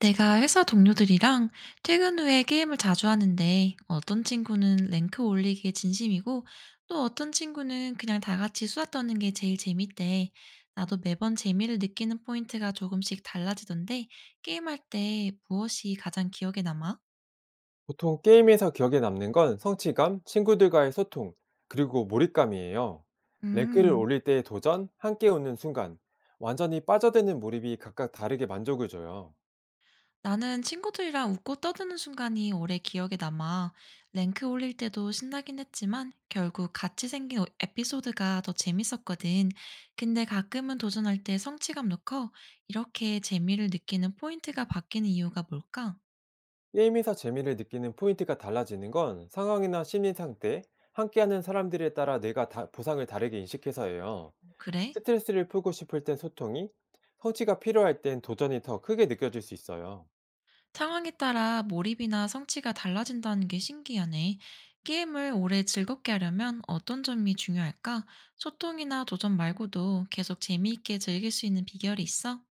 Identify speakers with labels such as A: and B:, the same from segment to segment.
A: 내가 회사 동료들이랑 퇴근 후에 게임을 자주 하는데 어떤 친구는 랭크 올리기에 진심이고 또 어떤 친구는 그냥 다 같이 수다 떠는 게 제일 재밌대. 나도 매번 재미를 느끼는 포인트가 조금씩 달라지던데 게임할 때 무엇이 가장 기억에 남아?
B: 보통 게임에서 기억에 남는 건 성취감, 친구들과의 소통, 그리고 몰입감이에요. 랭크를
A: 음.
B: 올릴 때의 도전, 함께 웃는 순간, 완전히 빠져드는 몰입이 각각 다르게 만족을 줘요.
A: 나는 친구들이랑 웃고 떠드는 순간이 오래 기억에 남아. 랭크 올릴 때도 신나긴 했지만 결국 같이 생긴 에피소드가 더 재밌었거든. 근데 가끔은 도전할 때 성취감도 커. 이렇게 재미를 느끼는 포인트가 바뀌는 이유가 뭘까?
B: 게임에서 재미를 느끼는 포인트가 달라지는 건 상황이나 심리 상태, 함께하는 사람들에 따라 내가 보상을 다르게 인식해서예요.
A: 그래?
B: 스트레스를 풀고 싶을 땐 소통이, 성취가 필요할 땐 도전이 더 크게 느껴질 수 있어요.
A: 상황에 따라 몰입이나 성취가 달라진다는 게 신기하네. 게임을 오래 즐겁게 하려면 어떤 점이 중요할까? 소통이나 도전 말고도 계속 재미있게 즐길 수 있는 비결이 있어?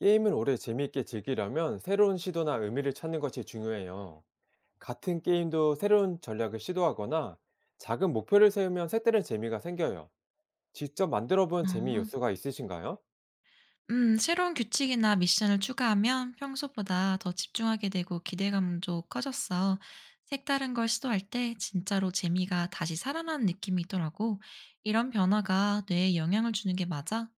B: 게임을 오래 재미있게 즐기려면 새로운 시도나 의미를 찾는 것이 중요해요. 같은 게임도 새로운 전략을 시도하거나 작은 목표를 세우면 색다른 재미가 생겨요. 직접 만들어 본 재미
A: 어.
B: 요소가 있으신가요?
A: 새로운 규칙이나 미션을 추가하면 평소보다 더 집중하게 되고 기대감도 커졌어. 색다른 걸 시도할 때 진짜로 재미가 다시 살아나는 느낌이 있더라고. 이런 변화가 뇌에 영향을 주는 게 맞아?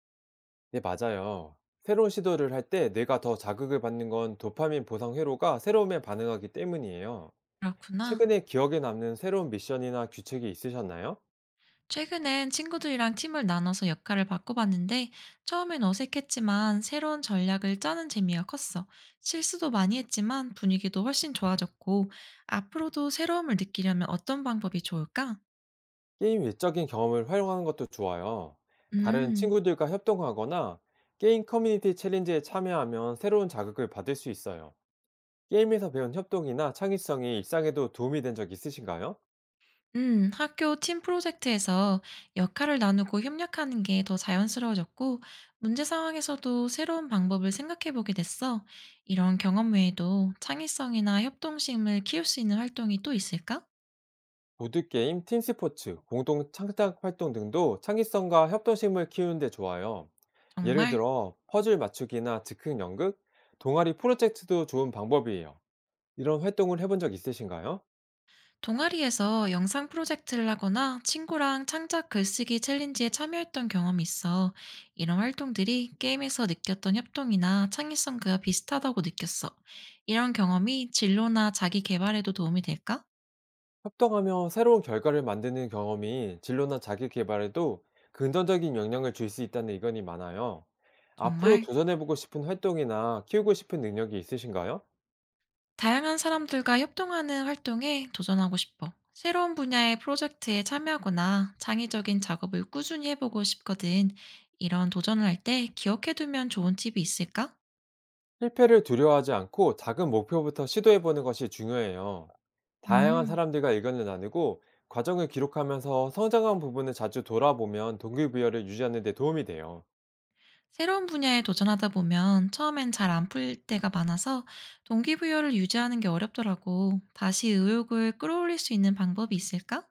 B: 네, 맞아요. 새로운 시도를 할 때 내가 더 자극을 받는 건 도파민 보상 회로가 새로움에 반응하기 때문이에요.
A: 그렇구나.
B: 최근에 기억에 남는 새로운 미션이나 규칙이 있으셨나요?
A: 최근엔 친구들이랑 팀을 나눠서 역할을 바꿔봤는데 처음엔 어색했지만 새로운 전략을 짜는 재미가 컸어. 실수도 많이 했지만 분위기도 훨씬 좋아졌고 앞으로도 새로움을 느끼려면 어떤 방법이 좋을까?
B: 게임 외적인 경험을 활용하는 것도 좋아요. 다른
A: 음.
B: 친구들과 협동하거나 게임 커뮤니티 챌린지에 참여하면 새로운 자극을 받을 수 있어요. 게임에서 배운 협동이나 창의성이 일상에도 도움이 된 적 있으신가요?
A: 학교 팀 프로젝트에서 역할을 나누고 협력하는 게 더 자연스러워졌고, 문제 상황에서도 새로운 방법을 생각해 보게 됐어. 이런 경험 외에도 창의성이나 협동심을 키울 수 있는 활동이 또 있을까?
B: 보드게임, 팀스포츠, 공동 창작 활동 등도 창의성과 협동심을 키우는데 좋아요. 예를
A: 정말.
B: 들어, 퍼즐 맞추기나 즉흥 연극, 동아리 프로젝트도 좋은 방법이에요. 이런 활동을 해본 적 있으신가요?
A: 동아리에서 영상 프로젝트를 하거나 친구랑 창작 글쓰기 챌린지에 참여했던 경험이 있어. 이런 활동들이 게임에서 느꼈던 협동이나 창의성과 비슷하다고 느꼈어. 이런 경험이 진로나 자기 개발에도 도움이 될까?
B: 협동하며 새로운 결과를 만드는 경험이 진로나 자기 개발에도 긍정적인 영향을 줄 수 있다는 의견이 많아요. 앞으로
A: 정말.
B: 도전해보고 싶은 활동이나 키우고 싶은 능력이 있으신가요?
A: 다양한 사람들과 협동하는 활동에 도전하고 싶어. 새로운 분야의 프로젝트에 참여하거나 창의적인 작업을 꾸준히 해보고 싶거든. 이런 도전을 할 때 기억해두면 좋은 팁이 있을까?
B: 실패를 두려워하지 않고 작은 목표부터 시도해보는 것이 중요해요. 다양한
A: 음,
B: 사람들과 의견을 나누고 과정을 기록하면서 성장한 부분을 자주 돌아보면 동기부여를 유지하는 데 도움이 돼요.
A: 새로운 분야에 도전하다 보면 처음엔 잘 안 풀릴 때가 많아서 동기부여를 유지하는 게 어렵더라고. 다시 의욕을 끌어올릴 수 있는 방법이 있을까?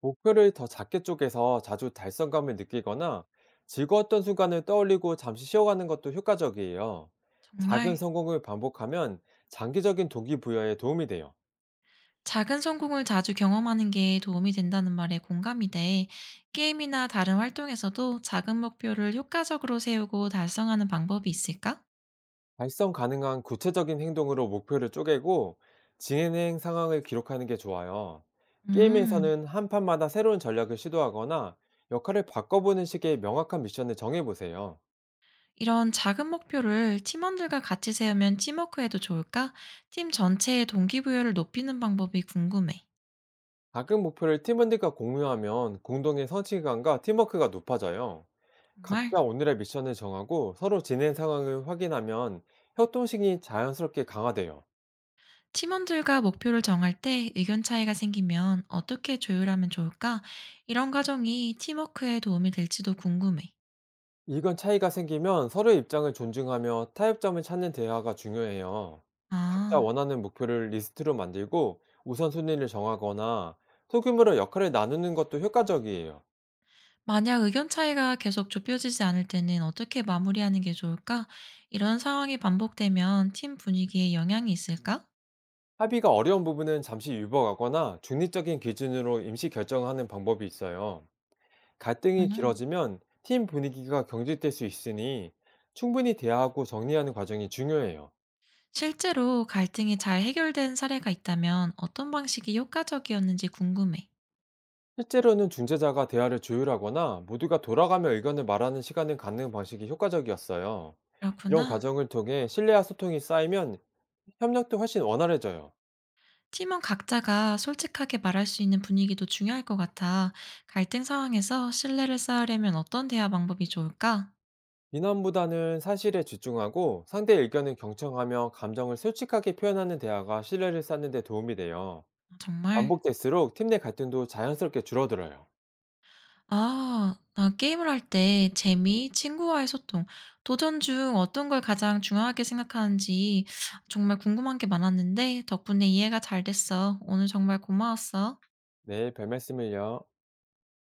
B: 목표를 더 작게 쪼개서 자주 달성감을 느끼거나 즐거웠던 순간을 떠올리고 잠시 쉬어가는 것도 효과적이에요. 작은
A: 정말.
B: 성공을 반복하면 장기적인 동기부여에 도움이 돼요.
A: 작은 성공을 자주 경험하는 게 도움이 된다는 말에 공감이 돼. 게임이나 다른 활동에서도 작은 목표를 효과적으로 세우고 달성하는 방법이 있을까?
B: 달성 가능한 구체적인 행동으로 목표를 쪼개고 진행 상황을 기록하는 게 좋아요.
A: 음.
B: 게임에서는 한 판마다 새로운 전략을 시도하거나 역할을 바꿔보는 식의 명확한 미션을 정해보세요.
A: 이런 작은 목표를 팀원들과 같이 세우면 팀워크에도 좋을까? 팀 전체의 동기부여를 높이는 방법이 궁금해.
B: 작은 목표를 팀원들과 공유하면 공동의 성취감과 팀워크가 높아져요.
A: 정말?
B: 각자 오늘의 미션을 정하고 서로 진행 상황을 확인하면 협동식이 자연스럽게 강화돼요.
A: 팀원들과 목표를 정할 때 의견 차이가 생기면 어떻게 조율하면 좋을까? 이런 과정이 팀워크에 도움이 될지도 궁금해.
B: 이건 차이가 생기면 서로의 입장을 존중하며 타협점을 찾는 대화가 중요해요. 각자
A: 아.
B: 원하는 목표를 리스트로 만들고 우선순위를 정하거나 소규모로 역할을 나누는 것도 효과적이에요.
A: 만약 의견 차이가 계속 좁혀지지 않을 때는 어떻게 마무리하는 게 좋을까? 이런 상황이 반복되면 팀 분위기에 영향이 있을까?
B: 합의가 어려운 부분은 잠시 유보하거나 중립적인 기준으로 임시 결정하는 방법이 있어요. 갈등이
A: 음.
B: 길어지면 팀 분위기가 경직될 수 있으니 충분히 대화하고 정리하는 과정이 중요해요.
A: 실제로 갈등이 잘 해결된 사례가 있다면 어떤 방식이 효과적이었는지 궁금해.
B: 실제로는 중재자가 대화를 조율하거나 모두가 돌아가며 의견을 말하는 시간을 갖는 방식이 효과적이었어요. 이런
A: 그렇구나.
B: 과정을 통해 신뢰와 소통이 쌓이면 협력도 훨씬 원활해져요.
A: 팀원 각자가 솔직하게 말할 수 있는 분위기도 중요할 것 같아. 갈등 상황에서 신뢰를 쌓으려면 어떤 대화 방법이 좋을까?
B: 비난보다는 사실에 집중하고 상대의 의견을 경청하며 감정을 솔직하게 표현하는 대화가 신뢰를 쌓는 데 도움이 돼요.
A: 정말.
B: 반복될수록 팀 내 갈등도 자연스럽게 줄어들어요.
A: 아, 나 게임을 할 때 재미, 친구와의 소통, 도전 중 어떤 걸 가장 중요하게 생각하는지 정말 궁금한 게 많았는데 덕분에 이해가 잘 됐어. 오늘 정말 고마웠어.
B: 네, 별 말씀을요.